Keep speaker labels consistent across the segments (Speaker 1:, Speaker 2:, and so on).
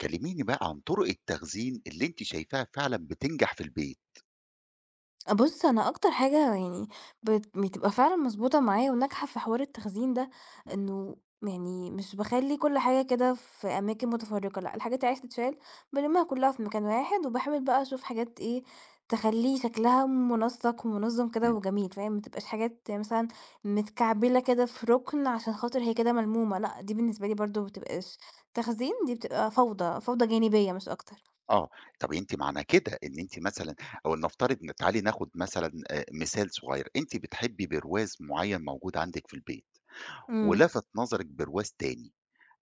Speaker 1: كلميني بقى عن طُرق التخزين اللي أنتِ شايفاها فعلًا بتنجح في البيت.
Speaker 2: بُص، أنا أكتر حاجة بتبقى فعلًا مضبوطة معايا وناجحة في حوار التخزين ده،
Speaker 1: إمم،
Speaker 2: إنه يعني مش باخلّي كل حاجة كده في أماكن متفرقة، لأ، الحاجات اللي عايزة تتشال بالمّها كلها في مكان واحد، وباحاول بقى أشوف حاجات إيه تخلّي شكلها منسق ومنظم كده
Speaker 1: إمم،
Speaker 2: وجميل، فاهم؟ ما تبقاش حاجات مثلًا متكعبلة كده في ركن عشان خاطر هي كده ملمومة، لأ، دي بالنسبة لي برضه ما بتبقاش تخزين، دي بتبقى فوضى، فوضى جانبية مش أكتر.
Speaker 1: آه، طَب أنتِ معنى كده إن أنتِ مثلًا أو لنفترض إن تعالي ناخد مثلًا مثال صغير، أنتِ بتحبّي برواز معيّن موجود عندِك في البيت
Speaker 2: إمم.
Speaker 1: ولَفَت نظرِك برواز تاني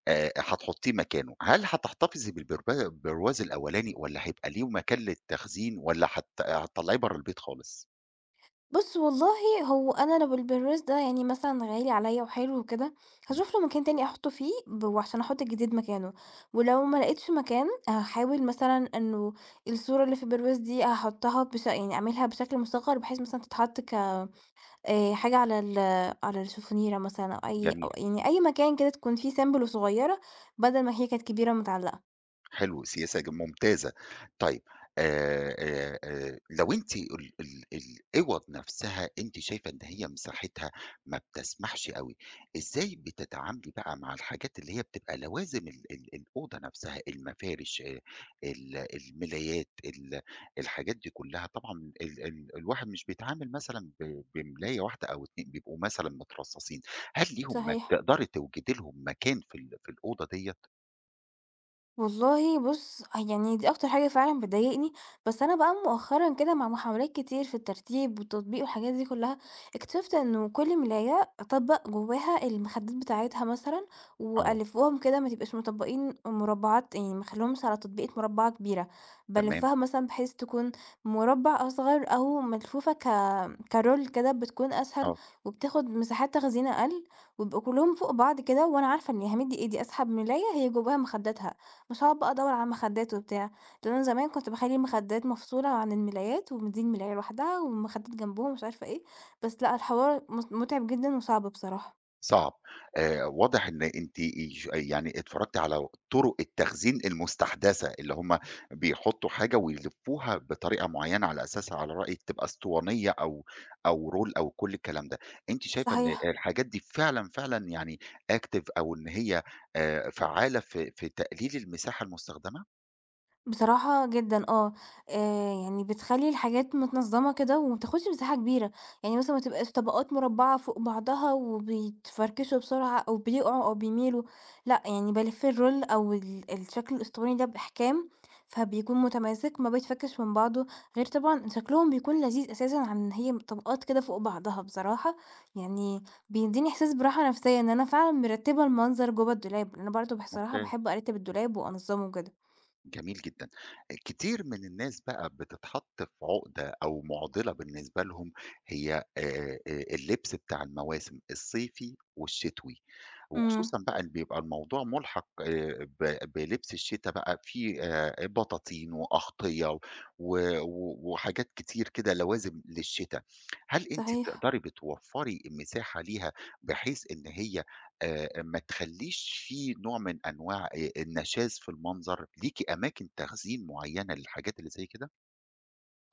Speaker 1: هتحطّيه مكانه، هل هتحتفظي بالبرواز الأولاني والّا هيبقى ليه مكان للتخزين والّا هتطلّعيه برّه البيت خالص؟
Speaker 2: بُص والله هو أنا لو البرواز ده يعني مثلًا غالي عليّا وحلو وكده،
Speaker 1: إمم،
Speaker 2: هاشوف له مكان تاني أحطه فيه وعشان أحط الجديد مكانه، ولو ما لقيتش مكان هاحاول مثلًا إنه الصورة اللي في البرواز دي هاحطها يعني أعملها بشكل مصغّر بحيث مثلًا تتحط حاجة على على الشوفونيرة مثلًا أو أي أو
Speaker 1: جميل.
Speaker 2: يعني أي مكان كده تكون فيه سيمبل وصغيّرة بدل ما هي كانت كبيرة ومتعلقة.
Speaker 1: حلو، سياسة ممتازة. طيب لو أنتِ ال ال العِوَض نَفْسها أنتِ شايفة إن هي مساحتها ما بتسمحش أوي، إزاي بتتعاملي بقى مع الحاجات اللي هي بتبقى لوازم ال ال الأوضة نَفْسها، المفارش ال الملايات، الحاجات دي كُلّها؟ طبعًا ال ال الواحد مش بيتعامل مثلًا بملاية واحدة أو 2 بيبقوا مثلًا مترصّصين، هل ليهم
Speaker 2: صحيح.
Speaker 1: تقدري توجدي لهم مكان في في الأوضة ديّة؟
Speaker 2: والله بُص، آه، يعني دي أكتر حاجة فعلًا بتضايقني، بس أنا بقى مؤخرًا كده مع محاولات كتير في الترتيب والتطبيق والحاجات دي كلها، اكتشفت إنه كل ملاية أطبّق جواها المخدات بتاعتها مثلًا،
Speaker 1: آه،
Speaker 2: وألفّهم كده ما تبقاش مطبّقين مربعات يعني ما اخليهمش على تطبيقة مربعة كبيرة،
Speaker 1: تمام،
Speaker 2: بالفّها مثلًا بحيث تكون مربع أصغر أو ملفوفة كroll كده بتكون أسهل،
Speaker 1: آه.
Speaker 2: وبتاخد مساحات تخزين أقل، ويبقوا كلّهم فوق بعض كده، وأنا عارفة إن أهمية دي إيه، دي أسحب ملاية هي جواها مخداتها. مش هاقعد بقى أدوّر على مخدات وبتاع، لإن أنا زمان كنت باخلّي المخدات مفصولة عن الملايات، ودي الملاية لوحدها والمخدات جنبهم ومش عارفة إيه، بس لأ الحوار متعب جدًا وصعب بصراحة.
Speaker 1: صعب. واضح إن أنتِ ايش يعني اتفرّجتِ على طُرق التخزين المستحدثة، اللي هم بيحطّوا حاجة ويلفّوها بطريقة معيّنة على أساسها على رأيِك تبقى أسطوانية أو رول أو كل الكلام ده. أنتِ شايفة إن
Speaker 2: صحيح.
Speaker 1: الحاجات دي فعلًا، فعلًا يعني active أو إن هي فعّالة في تقليل المساحة المستخدمة؟
Speaker 2: بصراحة جدًا آه، يعني بتخلّي الحاجات متنظّمة كده وما بتاخدش مساحة كبيرة، يعني مثلًا ما تبقاش طبقات مربعة فوق بعضها وبيتفركشوا بسرعة أو بيقعوا أو بيميلوا، لأ يعني بالِف الرول أو الشكل الأسطواني ده بإحكام، فبيكون متماسك ما بيتفكش من بعضه، غير طبعًا شكلهم بيكون لذيذ أساسًا عن إن هي طبقات كده فوق بعضها بصراحة، يعني بيدّيني إحساس براحة نفسية إن أنا فعلًا مرتّبة المنظر جوّه الدولاب، لأن أنا برضه بصراحة
Speaker 1: ممتاز.
Speaker 2: باحب أرتّب الدولاب وأنظّمه كده.
Speaker 1: جميل جدًا. كتير من الناس بقى بتتحط في عُقدة أو مُعضِلة بالنسبة لهم هي اللبس بتاع المواسم، الصيفي والشتوي،
Speaker 2: إمم.
Speaker 1: وخصوصًا بقى اللي بيبقى الموضوع مُلحَق ب بلبس الشتا بقى في بطاطين وأغطية و و وحاجات كتير كده لوازم للشتا. هل أنتِ
Speaker 2: صحيح.
Speaker 1: بتقدري بتوفّري مساحة ليها بحيث إن هي ما تخلّيش في نوع من أنواع النشاذ في المنظر، ليكِ أماكن تخزين معيّنة للحاجات اللي زي كده؟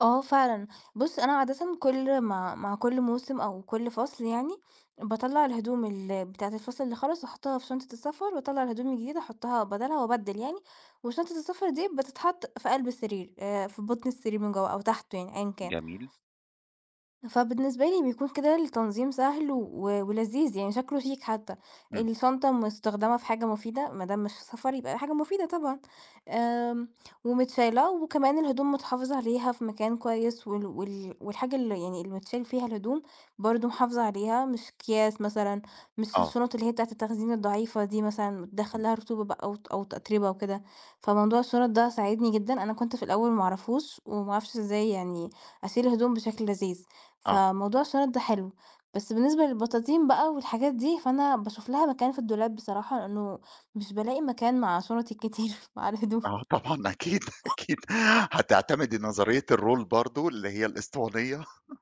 Speaker 2: آه فعلًا. بُص، أنا عادةً كل مع كل موسم أو كل فصل يعني، باطلّع الهدوم بتاعة الفصل اللي خلص وأحطها في شنطة السفر، واطلّع الهدوم الجديدة أحطها بدالها وأبدّل يعني، وشنطة السفر دي بتتحط في قلب السرير، في بطن السرير من جوّه أو تحته يعني أيًا كان.
Speaker 1: جميل.
Speaker 2: فبالنسبة لي بيكون كده التنظيم سهل ولذيذ، يعني شكله شيك حتى،
Speaker 1: إمم.
Speaker 2: الشنطة مستخدمة في حاجة مفيدة، ما دام مش سفر يبقى حاجة مفيدة طبعًا، آمم، ومتشالة وكمان الهدوم متحافظ عليها في مكان كويس، وال وال والحاجة اللي يعني اللي متشال فيها الهدوم برضه محافظة عليها، مش أكياس مثلًا، مش
Speaker 1: آه.
Speaker 2: الشنط اللي هي بتاعة التخزين الضعيفة دي مثلًا بتدخّل
Speaker 1: إمم.
Speaker 2: لها رطوبة بقى أو تتربة وكده، فموضوع الشنط ده ساعدني جدًا، أنا كنت في الأول ما أعرفوش وما أعرفش إزاي يعني أشيل هدوم بشكل لذيذ.
Speaker 1: آه.
Speaker 2: فموضوع الشنط ده حلو، بس بالنسبة للبطاطين بقى والحاجات دي، فأنا باشوف لها مكان في الدولاب بصراحة، لأنه مش بالاقي مكان مع شنطي الكتير مع الهدوم.
Speaker 1: آه طبعًا أكيد، أكيد. هتعتمدي نظرية الرول برضه اللي هي الأسطوانية.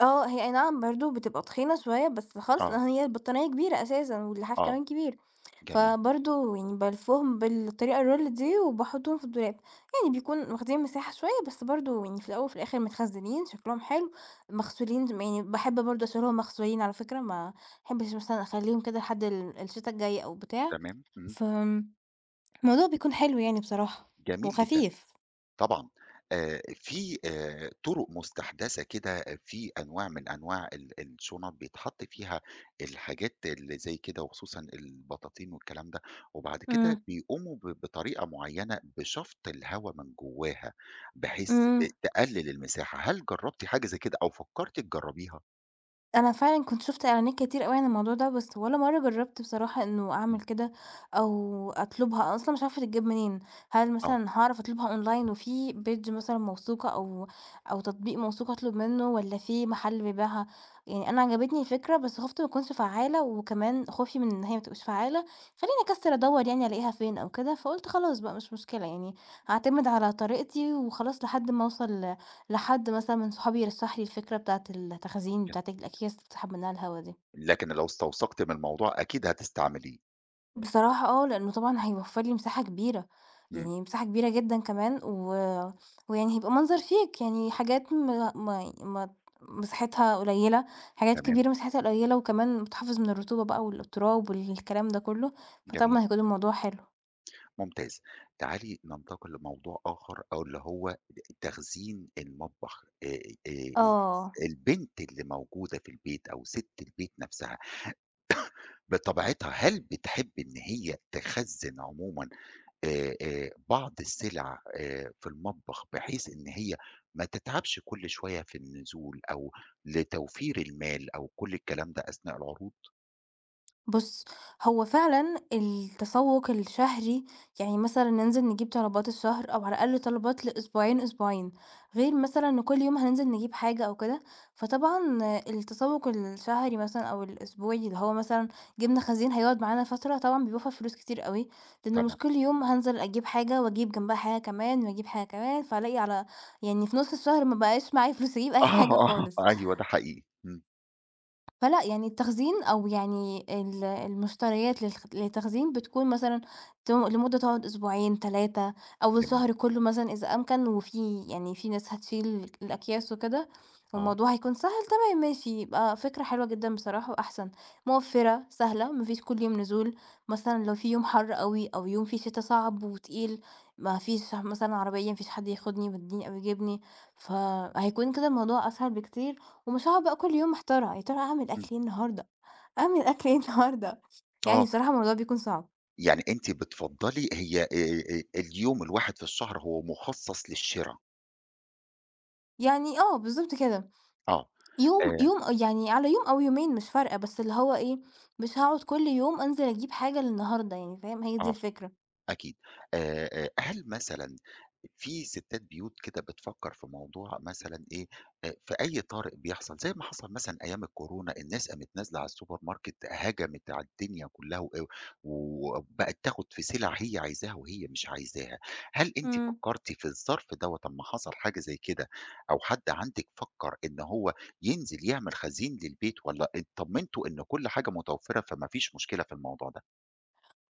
Speaker 2: آه، هي أي نعم برضه بتبقى تخينة شوية بس خالص
Speaker 1: آه.
Speaker 2: لإن هي البطانية كبيرة أساسًا واللحاف كمان
Speaker 1: آه.
Speaker 2: كبير،
Speaker 1: جميل.
Speaker 2: فبرضه يعني بالفّهم بالطريقة الroll دي وباحطّهم في الدولاب، يعني بيكون واخدين مساحة شوية بس برضه يعني في الأول وفي الآخر متخزّنين شكلهم حلو، مغسولين يعني باحب برضه أشيلهم مغسولين على فكرة ما أحبش مثلًا أخلّيهم كده لحد الشتا الجاي أو بتاع،
Speaker 1: تمام. إمم.
Speaker 2: فآمم، الموضوع بيكون حلو يعني بصراحة
Speaker 1: جميل جدًا.
Speaker 2: وخفيف.
Speaker 1: طبعًا، في طُرق مستحدثة كده آه، في أنواع من أنواع الشُنَط بيتحط فيها الحاجات اللي زي كده وخصوصًا البطاطين والكلام ده، وبعد كده
Speaker 2: إمم،
Speaker 1: بيقوموا بطريقة معيّنة بشَفْط الهوا من جوّاها، بحيث
Speaker 2: إمم.
Speaker 1: تقلل المساحة، هل جرّبتِ حاجة زي كده أو فكّرتِ تجرّبيها؟
Speaker 2: أنا فعلًا كنت شُفت إعلانات كتير أوي عن الموضوع ده، بس ولا مرّة جرّبت بصراحة إنه أعمل
Speaker 1: إمم،
Speaker 2: كده أو أطلبها، أنا أصلًا مش عارفة تتجاب منين، هل
Speaker 1: آه،
Speaker 2: مثلًا هاعرف أطلبها أونلاين وفي page مثلًا موثوقة أو أو تطبيق موثوق أطلب منه والّا في محل بيبيعها؟ يعني أنا عجبتني الفكرة، بس خُفت ما تكونش فعّالة وكمان خوفي من إن هي ما تبقاش فعّالة خلّاني أكسّل أدوّر يعني ألاقيها فين أو كده، فقُلت خلاص بقى مش مشكلة يعني هاعتمد على طريقتي وخلاص لحد ما أوصل لحد مثلًا من صحابي رشّح لي الفكرة بتاعة التخزين بتاعة الأكياس اللي بتسحب منها الهوا دي.
Speaker 1: لكن لو استوثقتِ من الموضوع أكيد هتستعمليه،
Speaker 2: بصراحة آه، لإنه طبعًا هيوفّر لي مساحة كبيرة،
Speaker 1: إمم،
Speaker 2: يعني مساحة كبيرة جدًا كمان ويعني هيبقى منظر شيك، يعني حاجات ما ما ما مساحتها قليلة، حاجات
Speaker 1: تمام،
Speaker 2: كبيرة مساحتها قليلة وكمان بتحافظ من الرطوبة بقى والتراب والكلام ده كُلّه،
Speaker 1: جميل.
Speaker 2: فطبعًا هيكون الموضوع حلو.
Speaker 1: ممتاز. تعالي ننتقل لموضوع آخر أو اللي هو تخزين المطبخ. آآ
Speaker 2: آه.
Speaker 1: البنت اللي موجودة في البيت أو سِت البيت نَفْسها بطبيعتها هل بتحب إن هي تخزّن عمومًا بعض السِلع في المطبخ بحيث إن هي ما تتعبش كل شوية في النزول أو لتوفير المال أو كل الكلام ده أثناء العروض؟
Speaker 2: بُص، هو فعلًا التسوق الشهري يعني مثلًا ننزل نجيب طلبات الشهر أو على الأقل طلبات لأسبوعين، أسبوعين، غير مثلًا إن كل يوم هننزل نجيب حاجة أو كده، فطبعًا التسوق الشهري مثلًا أو الأسبوعي اللي هو مثلًا جبنا خزين هيقعد معانا فترة، طبعًا بيوفّر فلوس كتير أوي، لإنه
Speaker 1: طبعًا.
Speaker 2: مش كل يوم هانزل أجيب حاجة وأجيب جنبها حاجة كمان وأجيب حاجة كمان، فالاقي على يعني في نُص الشهر ما بقاش معايا فلوس أجيب أي حاجة
Speaker 1: آه،
Speaker 2: خالص.
Speaker 1: آه، أيوه ده حقيقي. إمم،
Speaker 2: فلأ، يعني التخزين أو يعني المشتريات للتخزين بتكون مثلًا لمدة تقعد أسبوعين، 3 أو
Speaker 1: جميل.
Speaker 2: الشهر كلّه مثلًا إذا أمكن، وفي يعني في ناس هتشيل الأكياس وكده،
Speaker 1: آه،
Speaker 2: والموضوع هيكون سهل تمام ماشي، يبقى فكرة حلوة جدًا بصراحة وأحسن، موفّرة، سهلة، ما فيش كل يوم نزول، مثلًا لو في يوم حَر أوي أو يوم فيه شتا صعب وتقيل، ما فيش مثلًا عربية، ما فيش حد ياخدني ويوديني أو يجيبني، فهيكون كده الموضوع أسهل بكتير. ومش هاقعد بقى كل يوم محتارة، يا ترى أعمل
Speaker 1: إمم.
Speaker 2: أكل إيه النهارده، أعمل أكل إيه النهارده؟ يعني
Speaker 1: آه.
Speaker 2: بصراحة الموضوع بيكون صعب.
Speaker 1: يعني أنتِ بتفضّلي هي اليوم الواحد في الشهر هو مُخصّص للشِرا،
Speaker 2: يعني آه، بالضبط كده.
Speaker 1: آه، آآ،
Speaker 2: يعني على يوم أو يومين مش فارقة، بس اللي هو إيه، مش هاقعد كل يوم أنزل أجيب حاجة للنهارده يعني، فاهم؟ هي دي
Speaker 1: آه.
Speaker 2: الفكرة.
Speaker 1: أكيد. هل مثلًا في سِتّات بيوت كده بتفكّر في موضوع مثلًا إيه، في أي طارئ بيحصل، زي ما حصل مثلًا أيام الكورونا الناس قامت نازلة على السوبر ماركت هجمت على الدنيا كُلّها و وبقت تاخُد في سِلَع هي عايزاها وهي مش عايزاها. هل أنتِ
Speaker 2: إمم.
Speaker 1: فكّرتِ في الظرف دوّة أمّا حصل حاجة زي كده أو حد عندِك فكّر إن هو ينزل يعمل خزين للبيت والّا اتطمنتوا إن كل حاجة متوفّرة فما فيش مشكلة في الموضوع ده؟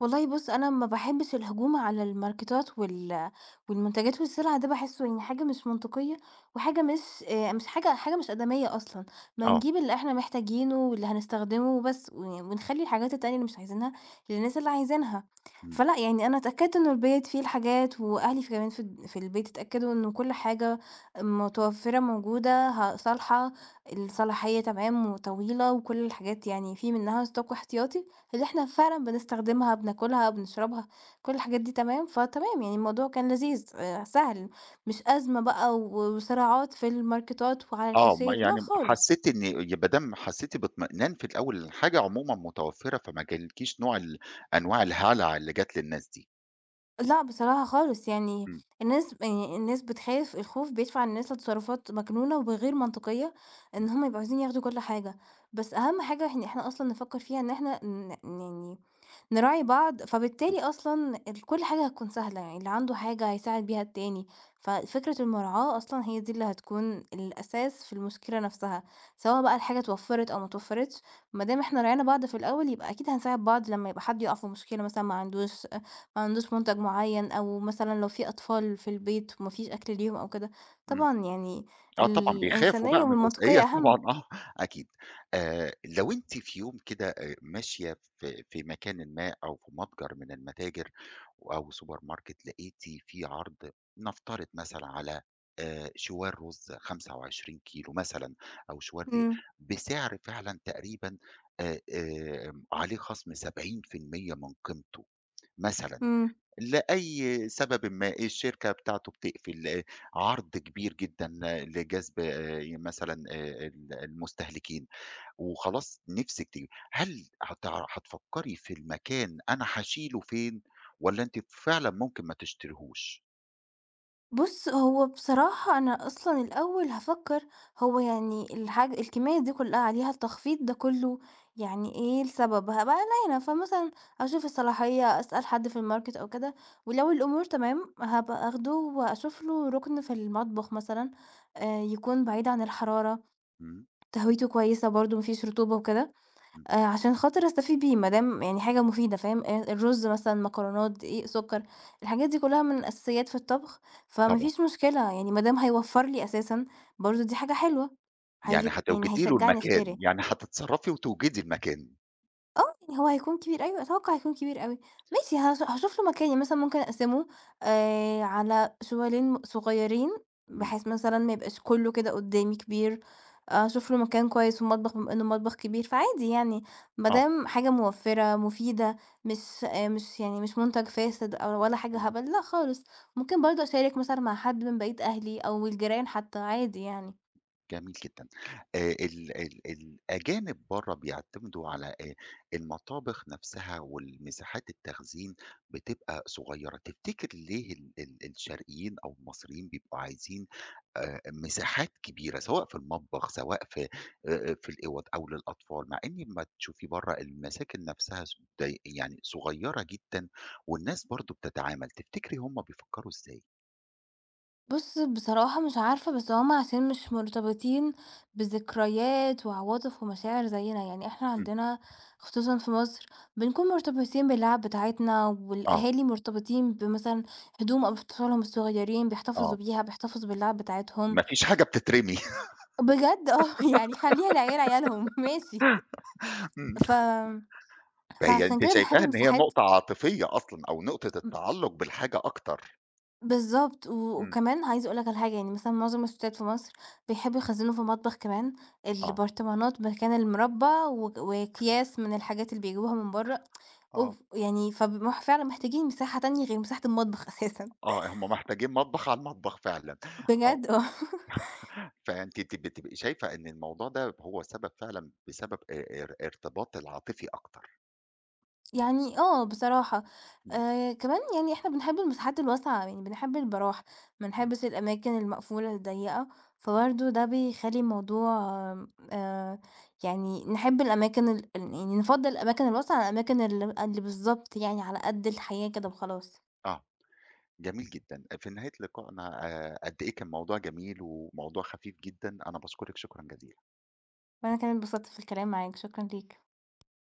Speaker 2: والله بُص، أنا ما باحبّش الهجوم على الماركتات والمنتجات والسلع ده باحسّه يعني حاجة مش منطقية، وحاجة مش مش حاجة مش آدمية أصلًا، ما
Speaker 1: آه.
Speaker 2: نجيب اللي إحنا محتاجينه واللي هنستخدمه وبس، ونخلّي الحاجات التانية اللي مش عايزينها للناس اللي عايزينها.
Speaker 1: إمم.
Speaker 2: فلأ، يعني أنا اتأكدت إنه البيت فيه الحاجات وأهلي كمان في في البيت اتأكدوا إنه كل حاجة متوفّرة موجودة صالحة، الصلاحية تمام وطويلة وكل الحاجات يعني في منّها stock احتياطي. اللي إحنا فعلًا بنستخدمها، بناكلها، بنشربها، كل الحاجات دي تمام، فتمام يعني الموضوع كان لذيذ، سهل مش أزمة بقى وصراعات في الماركتات وعلى
Speaker 1: آه، ما
Speaker 2: الكاشير، لأ
Speaker 1: يعني
Speaker 2: خالص،
Speaker 1: حسّيتِ إن يبقى دام حسّيتِ باطمئنان في الأول إن الحاجة عمومًا متوفّرة، فما جالكيش نوع ال أنواع الهلع اللي جات للناس دي.
Speaker 2: لأ بصراحة خالص يعني
Speaker 1: إمم،
Speaker 2: الناس يعني الناس بتخاف الخوف بيدفع الناس لتصرفات مجنونة وغير منطقية، إن
Speaker 1: إمم،
Speaker 2: هُم يبقوا عايزين ياخدوا كل حاجة، بس أهم حاجة إحنا أصلًا نفكر فيها إن إحنا يعني نراعي بعض،
Speaker 1: إمم،
Speaker 2: فبالتالي أصلًا كل حاجة هتكون سهلة، يعني اللي عنده حاجة هيساعد بيها التاني، ففكرة المراعاة أصلًا هي دي اللي هتكون الأساس في المشكلة نفسها، سواء بقى الحاجة اتوفّرت أو ما اتوفّرتش، ما دام إحنا راعينا بعض في الأول يبقى أكيد هنساعد بعض لمّا يبقى حد يُقع في مشكلة مثلًا ما عندوش منتج معيّن أو مثلًا لو في أطفال في البيت وما فيش أكل ليهم أو كده،
Speaker 1: إمم.
Speaker 2: طبعًا يعني
Speaker 1: آه طبعًا، بيخافوا
Speaker 2: الإنسانية
Speaker 1: بقى من
Speaker 2: والمنطقية
Speaker 1: الجزئية طبعًا
Speaker 2: أهم.
Speaker 1: آه، أكيد. لو أنتِ في يوم كده ماشية في مكانٍ ما أو في متجر من المتاجر أو سوبر ماركت، لقيتِ في عرض نفترض مثلًا على شوال رز 25 كيلو مثلًا أو شوال دقيق
Speaker 2: إمم،
Speaker 1: بسعر فعلًا تقريبًا عليه خصم 70% من قيمته. مثلًا،
Speaker 2: إمم.
Speaker 1: لأي سببٍ ما إيه الشركة بتاعته بتقفل، عرض كبير جدًا لجذب مثلًا ال المستهلكين وخلاص نِفْسِك تيجي، هل هتفكّري في المكان أنا هاشيله فين والّا أنتِ فعلًا ممكن ما تشتريهوش؟
Speaker 2: بُص، هو بصراحة أنا أصلًا الأول هافكّر هو يعني الكمية دي كلّها عليها التخفيض ده كلّه يعني إيه السبب؟ هابقى قلقانة، فمثلًا أشوف الصلاحية، أسأل حد في الماركت أو كده، ولو الأمور تمام هابقى آخده وأشوف له رُكن في المطبخ مثلًا، يكون بعيد عن الحرارة،
Speaker 1: إمم،
Speaker 2: تهويته كويسة برضه ما فيش رطوبة وكده.
Speaker 1: إمم،
Speaker 2: عشان خاطر أستفيد بيه، ما دام يعني حاجة مفيدة فاهم، الرز مثلًا، مكرونات، دقيق، سكر، الحاجات دي كلها من الأساسيات في الطبخ، فما
Speaker 1: طبعًا،
Speaker 2: فيش مشكلة يعني ما دام هيوفّر لي أساسًا برضه دي حاجة حلوة،
Speaker 1: يعني
Speaker 2: هي يعني
Speaker 1: هتوجدي له
Speaker 2: هيشجعني
Speaker 1: المكان،
Speaker 2: أشتري.
Speaker 1: يعني هتتصرّفي وتوجدي المكان،
Speaker 2: آه، يعني هو هيكون كبير أيوه، أتوقع هيكون كبير أوي، ماشي هاشوف له مكان، يعني مثلًا ممكن أقسمه على شوالين صغيّرين،
Speaker 1: إمم،
Speaker 2: بحيث مثلًا ما يبقاش كلّه كده قدّامي كبير، آه، أشوف له مكان كويس ومطبخ بما إنه مطبخ كبير، فعادي يعني ما
Speaker 1: آه.
Speaker 2: دام حاجة موفّرة، مفيدة، مش يعني مش مُنتَج فاسد أو ولا حاجة هبل، لأ خالص، ممكن برضه أشارك مثلًا مع حد من بقية أهلي أو الجيران حتى عادي يعني.
Speaker 1: جميل جدًا. ال ال الأجانب برّه بيعتمدوا على المطابخ نفسها والمساحات التخزين بتبقى صغيّرة، تفتكر ليه ال ال الشرقيين أو المصريين بيبقوا عايزين مساحات كبيرة، سواء في المطبخ، سواء في الأوَض أو للأطفال، مع إن أمّا تشوفي برّه المساكن نفسها ص ضي يعني صغيّرة جدًا والناس برضه بتتعامل، تفتكري هم بيفكّروا إزاي؟
Speaker 2: بُص، بصراحة مش عارفة، بس هُم عشان مش مرتبطين بذكريات وعواطف ومشاعر زينا، يعني إحنا
Speaker 1: إمم،
Speaker 2: عندنا خصوصًا في مصر بنكون مرتبطين باللعب بتاعتنا،
Speaker 1: آه،
Speaker 2: والأهالي مرتبطين بمثلًا هدوم أطفالهم الصغيرين
Speaker 1: آه،
Speaker 2: بيحتفظوا بيها، بيحتفظوا باللعب بتاعتهم،
Speaker 1: ما فيش حاجة بتترمي.
Speaker 2: بجد آه، يعني خلّيها العيال عيالهم ماشي، ف
Speaker 1: فهي أنتِ
Speaker 2: فعشان كده بنحب
Speaker 1: شايفاها إن هي
Speaker 2: مساحات
Speaker 1: نقطة عاطفية أصلًا أو نقطة التعلُّق بالحاجة أكتر.
Speaker 2: بالضبط،
Speaker 1: إمم،
Speaker 2: وكمان عايزة أقول لك على حاجة، يعني مثلًا معظم الستات في مصر بيحبّوا يخزّنوا في المطبخ كمان
Speaker 1: آه،
Speaker 2: البرطمانات مكان المربى وأكياس من الحاجات اللي بيجيبوها من برّه،
Speaker 1: آه،
Speaker 2: أوف! يعني فبيبقوا فعلًا محتاجين مساحة تانية غير مساحة المطبخ أساسًا،
Speaker 1: آه، هم محتاجين مطبخ على المطبخ فعلًا، آه.
Speaker 2: بجد آه.
Speaker 1: فأنتِ بتبقي شايفة إن الموضوع ده هو السبب فعلًا بسبب ار ارتباط العاطفي أكتر.
Speaker 2: يعني آه بصراحة،
Speaker 1: إمم،
Speaker 2: كمان يعني إحنا بنحب المساحات الواسعة، يعني بنحب البراح، ما
Speaker 1: إمم،
Speaker 2: نحبش الأماكن المقفولة الضيّقة، فبرضه ده بيخلّي الموضوع آآ يعني نحب الأماكن يعني نفضّل الأماكن الواسعة على الأماكن اللي بالضبط يعني على قد الحياة كده وخلاص،
Speaker 1: آه، جميل جدًا. في نهاية لقائنا قد إيه كان موضوع جميل وموضوع خفيف جدًا، أنا باشكرِك شكرًا جزيلًا.
Speaker 2: وأنا كمان اتبسطت في الكلام معاك، شكرًا ليك.